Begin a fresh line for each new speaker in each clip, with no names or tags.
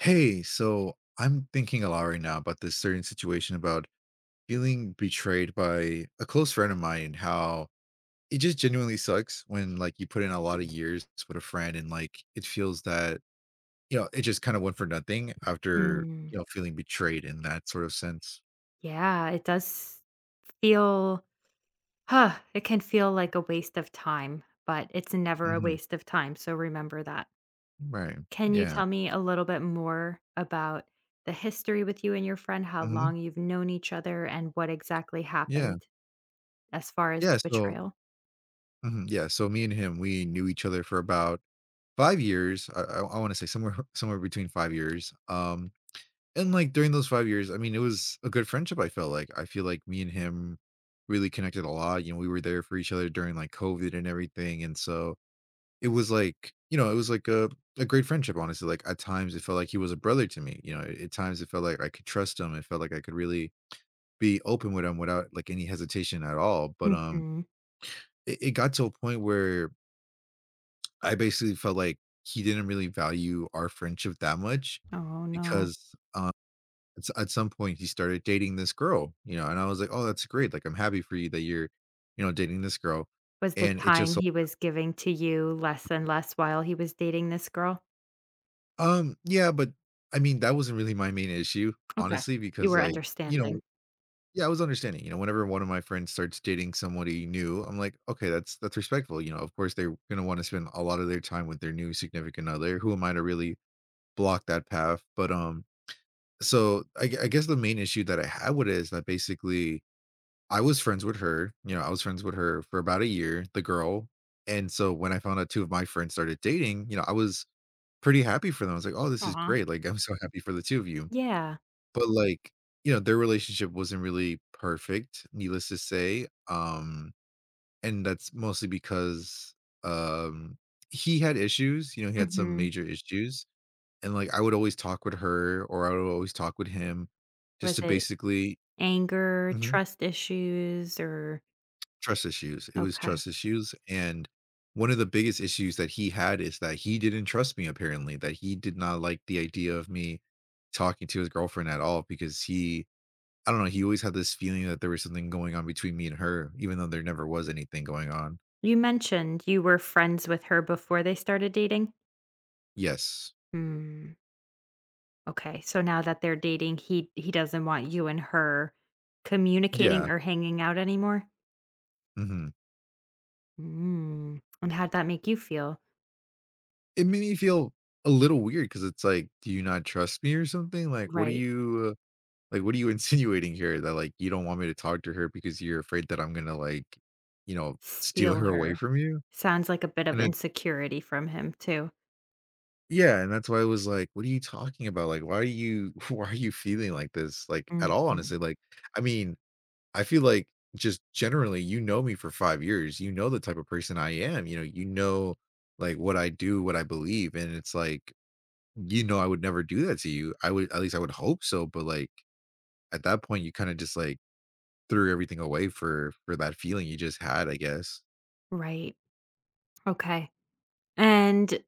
Hey, so I'm thinking a lot right now about this certain situation about feeling betrayed by a close friend of mine, and how it just genuinely sucks when, like, you put in a lot of years with a friend and like it feels that, it just kind of went for nothing after,
Mm,
feeling betrayed in that sort of sense.
yeah, it does feel, it can feel like a waste of time, but it's never a
Hmm.
waste of time. So remember that.
Right.
Can you
Yeah.
tell me a little bit more about the history with you and your friend, how
Hmm.
long you've known each other, and what exactly
Yeah.
happened as far as
Yeah.
the
So
betrayal?
mhm, yeah. So me and him, we knew each other for about 5 years. I want to say somewhere somewhere between 5 years. And, like, during those 5 years, I mean, it was a good friendship, I felt like. I feel like me and him really connected a lot, you know, we were there for each other during, like, COVID and everything, and so it was like, it was like a great friendship, honestly. Like, at times, it felt like he was a brother to me, you know? At times, it felt like I could trust him, it felt like I could really be open with him without, like, any hesitation at all. But,
Hmm.
it got to a point where I basically felt like he didn't really value our friendship that much
Oh, no.
because, at some point, he started dating this girl, you know, and I was like, "Oh, that's great, like, I'm happy for you that you're, you know, dating this girl."
Was the
and it just
time
so
he was giving to you less and less while he was dating this girl?
Yeah, but I mean, that wasn't really my main issue,
Okay.
honestly,
You
because,
were
like, you know
understanding.
yeah, I was understanding. You know, whenever one of my friends starts dating somebody new, I'm like, "Okay, that's respectful." You know, of course, they're gonna wanna spend a lot of their time with their new significant other. Who am I to really block that path? But, so, I guess the main issue that I had with it is that basically I was friends with her, you know, I was friends with her for about a year, the girl, and so when I found out 2 of my friends started dating, you know, I was pretty happy for them. I was like, "Oh, this is
Aw.
great, like, I'm so happy for the 2 of you."
Yeah.
But, like, you know, their relationship wasn't really perfect, needless to say. And that's mostly because, um, he had issues, you know, he had some
Hmm.
major issues. And, like, I would always talk with her, or I would always talk with him just
Was
to
it
basically—
anger,
Mhm.
trust issues, or
Trust issues. It was
okay.
trust issues, and one of the biggest issues that he had is that he didn't trust me, apparently. That he did not like the idea of me talking to his girlfriend at all because he— I don't know, he always had this feeling that there was something going on between me and her, even though there never was anything going on.
You mentioned you were friends with her before they started dating?
Yes.
Mm, okay, so now that they're dating, he doesn't want you and her communicating
Yeah.
or hanging out anymore?
Mhm.
Mm, and how'd that make you feel?
It made me feel a little weird, because it's like, "Do you not trust me or something? Like, what are
Right.
you— like, what are you insinuating here? That, like, you don't want me to talk to her because you're afraid that I'm gonna, like, you know, steal
Steal
her away
her.
from you?"
Sounds like a bit of
And it
insecurity from him too.
yeah, and that's why I was like, "What are you talking about? Like, why are you why are you feeling like this?" Like, at all,
Mhm.
honestly. Like, I mean, I feel like just generally, you know me for 5 years. You know the type of person I am, you know. You know, like, what I do, what I believe, and it's like, you know I would never do that to you. I would— at least I would hope so. But, like, at that point, you kinda just, like, threw everything away for that feeling you just had, I guess.
Right. Okay. And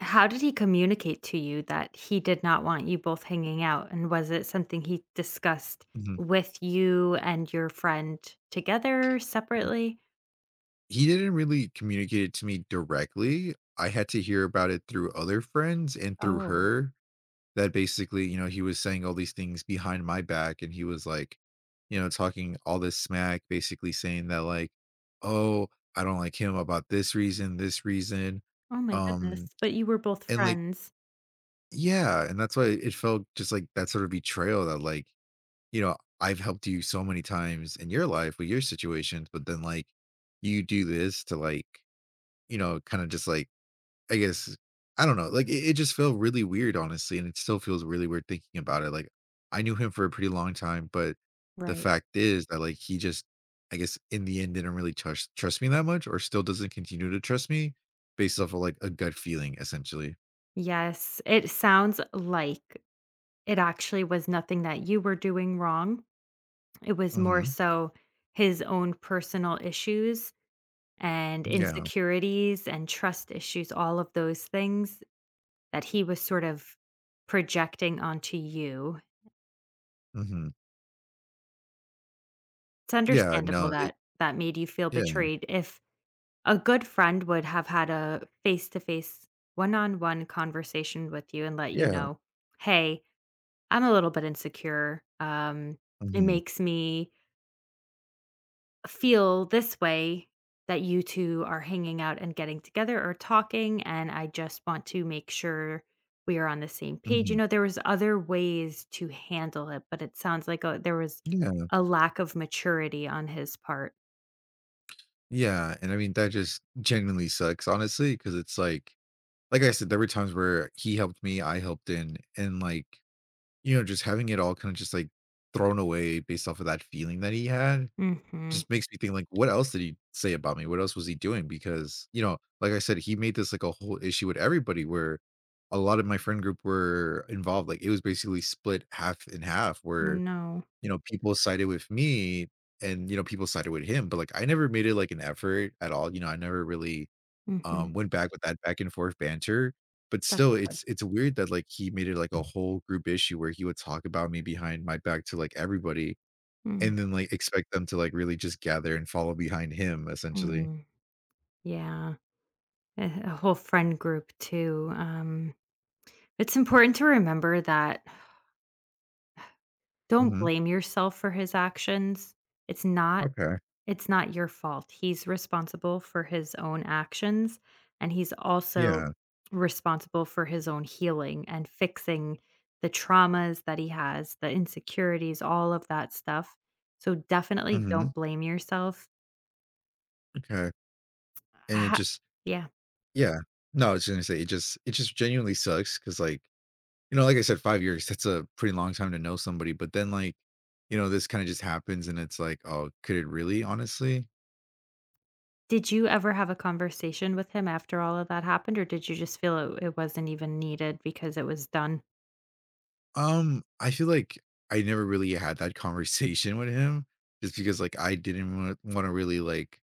how did he communicate to you that he did not want you both hanging out, and was it something he discussed
Mhm,
with you and your friend together,
mhm.
separately?
He didn't really communicate it to me directly. I had to hear about it through other friends and through
Oh.
her, that basically, you know, he was saying all these things behind my back, and he was like, you know, talking all this smack, basically saying that, like, "Oh, I don't like him about this reason, this reason."
Oh my goodness,
Um,
but you were both
and like,
friends.
yeah, and that's why it felt just like that sort of betrayal, that like, you know, I've helped you so many times in your life with your situations, but then like, you do this to, like, you know, kind of just like, I guess, I don't know, like it just felt really weird, honestly. And it still feels really weird thinking about it. Like, I knew him for a pretty long time, but the
Right.
fact is that, like, he just, I guess, in the end didn't really trust me that much, or still doesn't continue to trust me based off of like a gut feeling, essentially.
Yes, it sounds like it actually was nothing that you were doing wrong. It was more
Mm-hmm.
so his own personal issues and
Yeah.
insecurities and trust issues, all of those things that he was sort of projecting onto you.
Mm-hmm.
It's
Yeah.
understandable
No,
that that made you feel
yeah.
betrayed. If a good friend would have had a face to face, one on one conversation with you and let you
Yeah.
know, hey, I'm a little bit insecure. It
Mm-hmm.
makes me feel this way that you two are hanging out and getting together or talking, and I just want to make sure we are on the same page.
Mm-hmm.
You know, there was other ways to handle it, but it sounds like a, there was
Yeah.
a lack of maturity on his part.
Yeah, and I mean, that just genuinely sucks, honestly, because it's like I said, there were times where he helped me, I helped in, and, like, you know, just having it all kinda just, like, thrown away based off of that feeling that he had
Mm-hmm.
just makes me think, like, what else did he say about me? What else was he doing? Because, you know, like I said, he made this, like, a whole issue with everybody, where a lot of my friend group were involved. Like, it was basically split half and half
Oh,
where,
no.
you know, people sided with me, and, you know, people sided with him. But, like, I never made it, like, an effort at all, you know. I never really,
Mm-hmm.
went back with that back and forth banter, but
That's
still,
good.
it's weird that, like, he made it, like, a whole group issue where he would talk about me behind my back to, like, everybody, and then, like, expect them to, like, really just gather and follow behind him, essentially.
Mm-hmm. Yeah. A whole friend group too. It's important to remember that don't
Mhm.
blame yourself for his actions. It's not.
Okay.
It's not your fault. He's responsible for his own actions, and he's also
Yeah.
responsible for his own healing and fixing the traumas that he has, the insecurities, all of that stuff. So definitely
Mhm.
don't blame yourself.
Okay. And it
Ha
just
yeah.
Yeah. No, I was gonna say it just— it just genuinely sucks, because like, you know, like I said, 5 years, that's a pretty long time to know somebody. But then, like, you know, this kinda just happens, and it's like, "Oh, could it really, honestly?"
Did you ever have a conversation with him after all of that happened, or did you just feel it wasn't even needed because it was done?
I feel like I never really had that conversation with him, just because, like, I didn't want to really, like,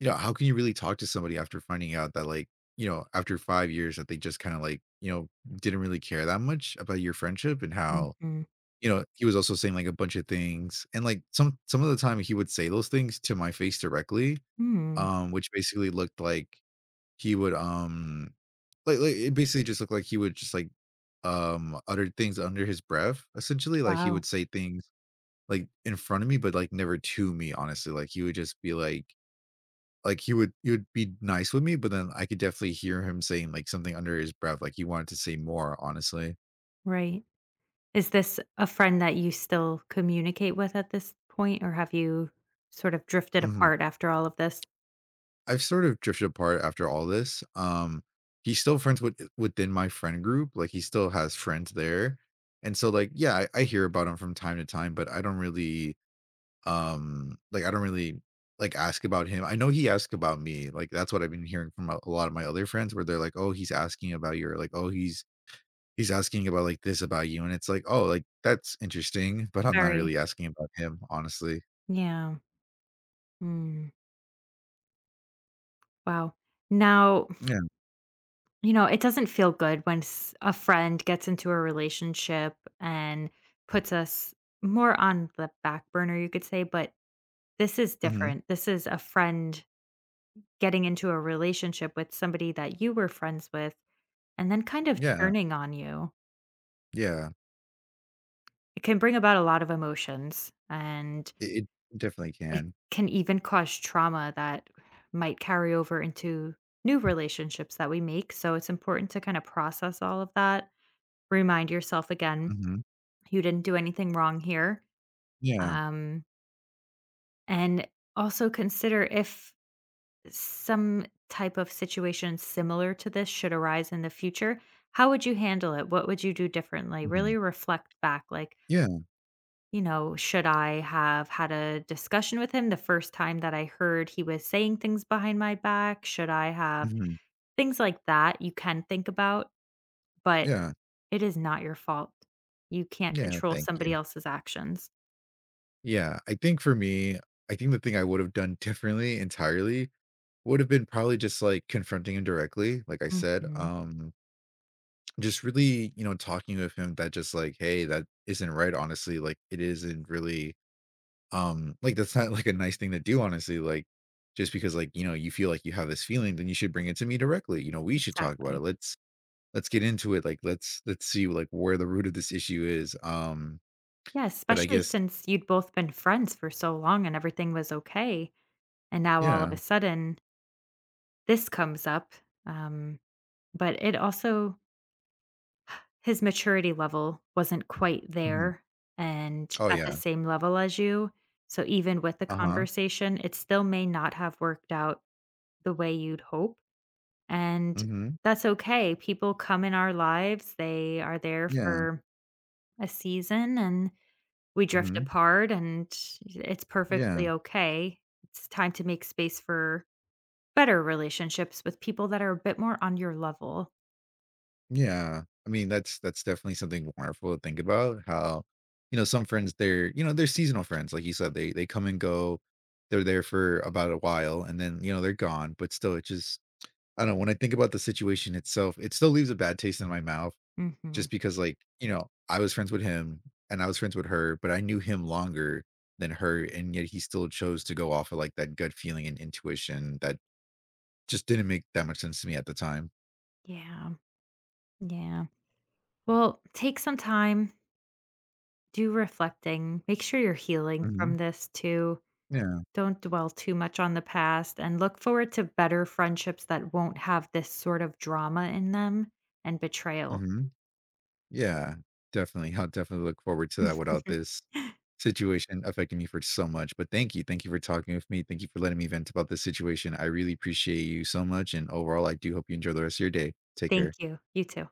you know, how can you really talk to somebody after finding out that, like, you know, after 5 years that they just kinda, like, you know, didn't really care that much about your friendship. And how,
Mhm.
you know, he was also saying, like, a bunch of things, and, like, some of the time he would say those things to my face directly,
Mm.
which basically looked like he would like, it basically just looked like he would just like, utter things under his breath, essentially. Like, he
Wow.
would say things like in front of me, but like, never to me, honestly. Like, he would just be like— like, he would be nice with me, but then I could definitely hear him saying, like, something under his breath, like he wanted to say more, honestly.
Right. Is this a friend that you still communicate with at this point, or have you sort of drifted
Mhm.
apart after all of this?
I've sort of drifted apart after all this. He's still friends with within my friend group. Like, he still has friends there. And so like, yeah, I hear about him from time to time, but I don't really like, I don't really like, ask about him. I know he asked about me. Like, that's what I've been hearing from a lot of my other friends, where they're like, "Oh, he's asking about you," like, "Oh, he's asking about like this about you." And it's like, "Oh, like, that's interesting, but I'm not
Very.
really asking about him, honestly."
Yeah. Mm, wow. Now,
Yeah.
you know, it doesn't feel good when a friend gets into a relationship and puts us more on the back burner, you could say, but this is
Hmm.
different. This is a friend getting into a relationship with somebody that you were friends with and then kind of
Yeah.
turning on you.
Yeah.
It can bring about a lot of emotions, and
It definitely
it
can.
can even cause trauma that might carry over into new relationships that we make. So it's important to kind of process all of that. Remind yourself again,
Mm-hmm.
you didn't do anything wrong here.
Yeah,
Um, and also consider if some type of situation similar to this should arise in the future, how would you handle it? What would you do differently?
mhm,
Really reflect back like,
yeah,
you know, should I have had a discussion with him the first time that I heard he was saying things behind my back? Should I have
mhm,
Things like that you can think about, but
yeah,
it is not your fault. You can't
yeah,
control
thank
somebody
you.
else's actions.
Yeah, I think for me, I think the thing I would have done differently entirely would have been probably just, like, confronting him directly, like I said.
Mhm.
Just really, you know, talking with him that just like, "Hey, that isn't right, honestly. Like, it isn't really, like, that's not, like, a nice thing to do, honestly. Like, just because, like, you know, you feel like you have this feeling, then you should bring it to me directly. You know, we should talk about it.
Exactly.
Let's get into it. Like, let's see, like, where the root of this issue is."
Yeah,
But I
especially
guess—
since you'd both been friends for so long and everything was okay. And now all of
yeah.
a sudden this comes up. Um, but it also. His maturity level wasn't quite
Mhm.
there and
Oh,
at the
yeah.
same level as you, so even with the
Uh-huh.
conversation, it still may not have worked out the way you'd hope, and
Mhm.
that's okay. People come in our lives, they are there
Yeah.
for a season, and we drift
Mhm.
apart, and it's perfectly
Yeah.
okay. It's time to make space for better relationships with people that are a bit more on your level.
Yeah. I mean, that's definitely something wonderful to think about. How, you know, some friends, they're— you know, they're seasonal friends, like you said. They come and go. They're there for about a while, and then, you know, they're gone. But still, it just— I don't know, when I think about the situation itself, it still leaves a bad taste in my mouth.
Mhm.
Just because, like, you know, I was friends with him and I was friends with her, but I knew him longer than her, and yet he still chose to go off of, like, that gut feeling and intuition that just didn't make that much sense to me at the time.
Yeah, yeah. Well, take some time do reflecting. Make sure you're healing from
Mhm.
this too.
Yeah.
Don't dwell too much on the past and look forward to better friendships that won't have this sort of drama in them and betrayal.
Mhm. Yeah. Definitely. I'll definitely look forward to that without this situation affecting me for so much. But thank you. Thank you for talking with me. Thank you for letting me vent about this situation. I really appreciate you so much, and overall, I do hope you enjoy the rest of your day. Take care.
Thank you. You too.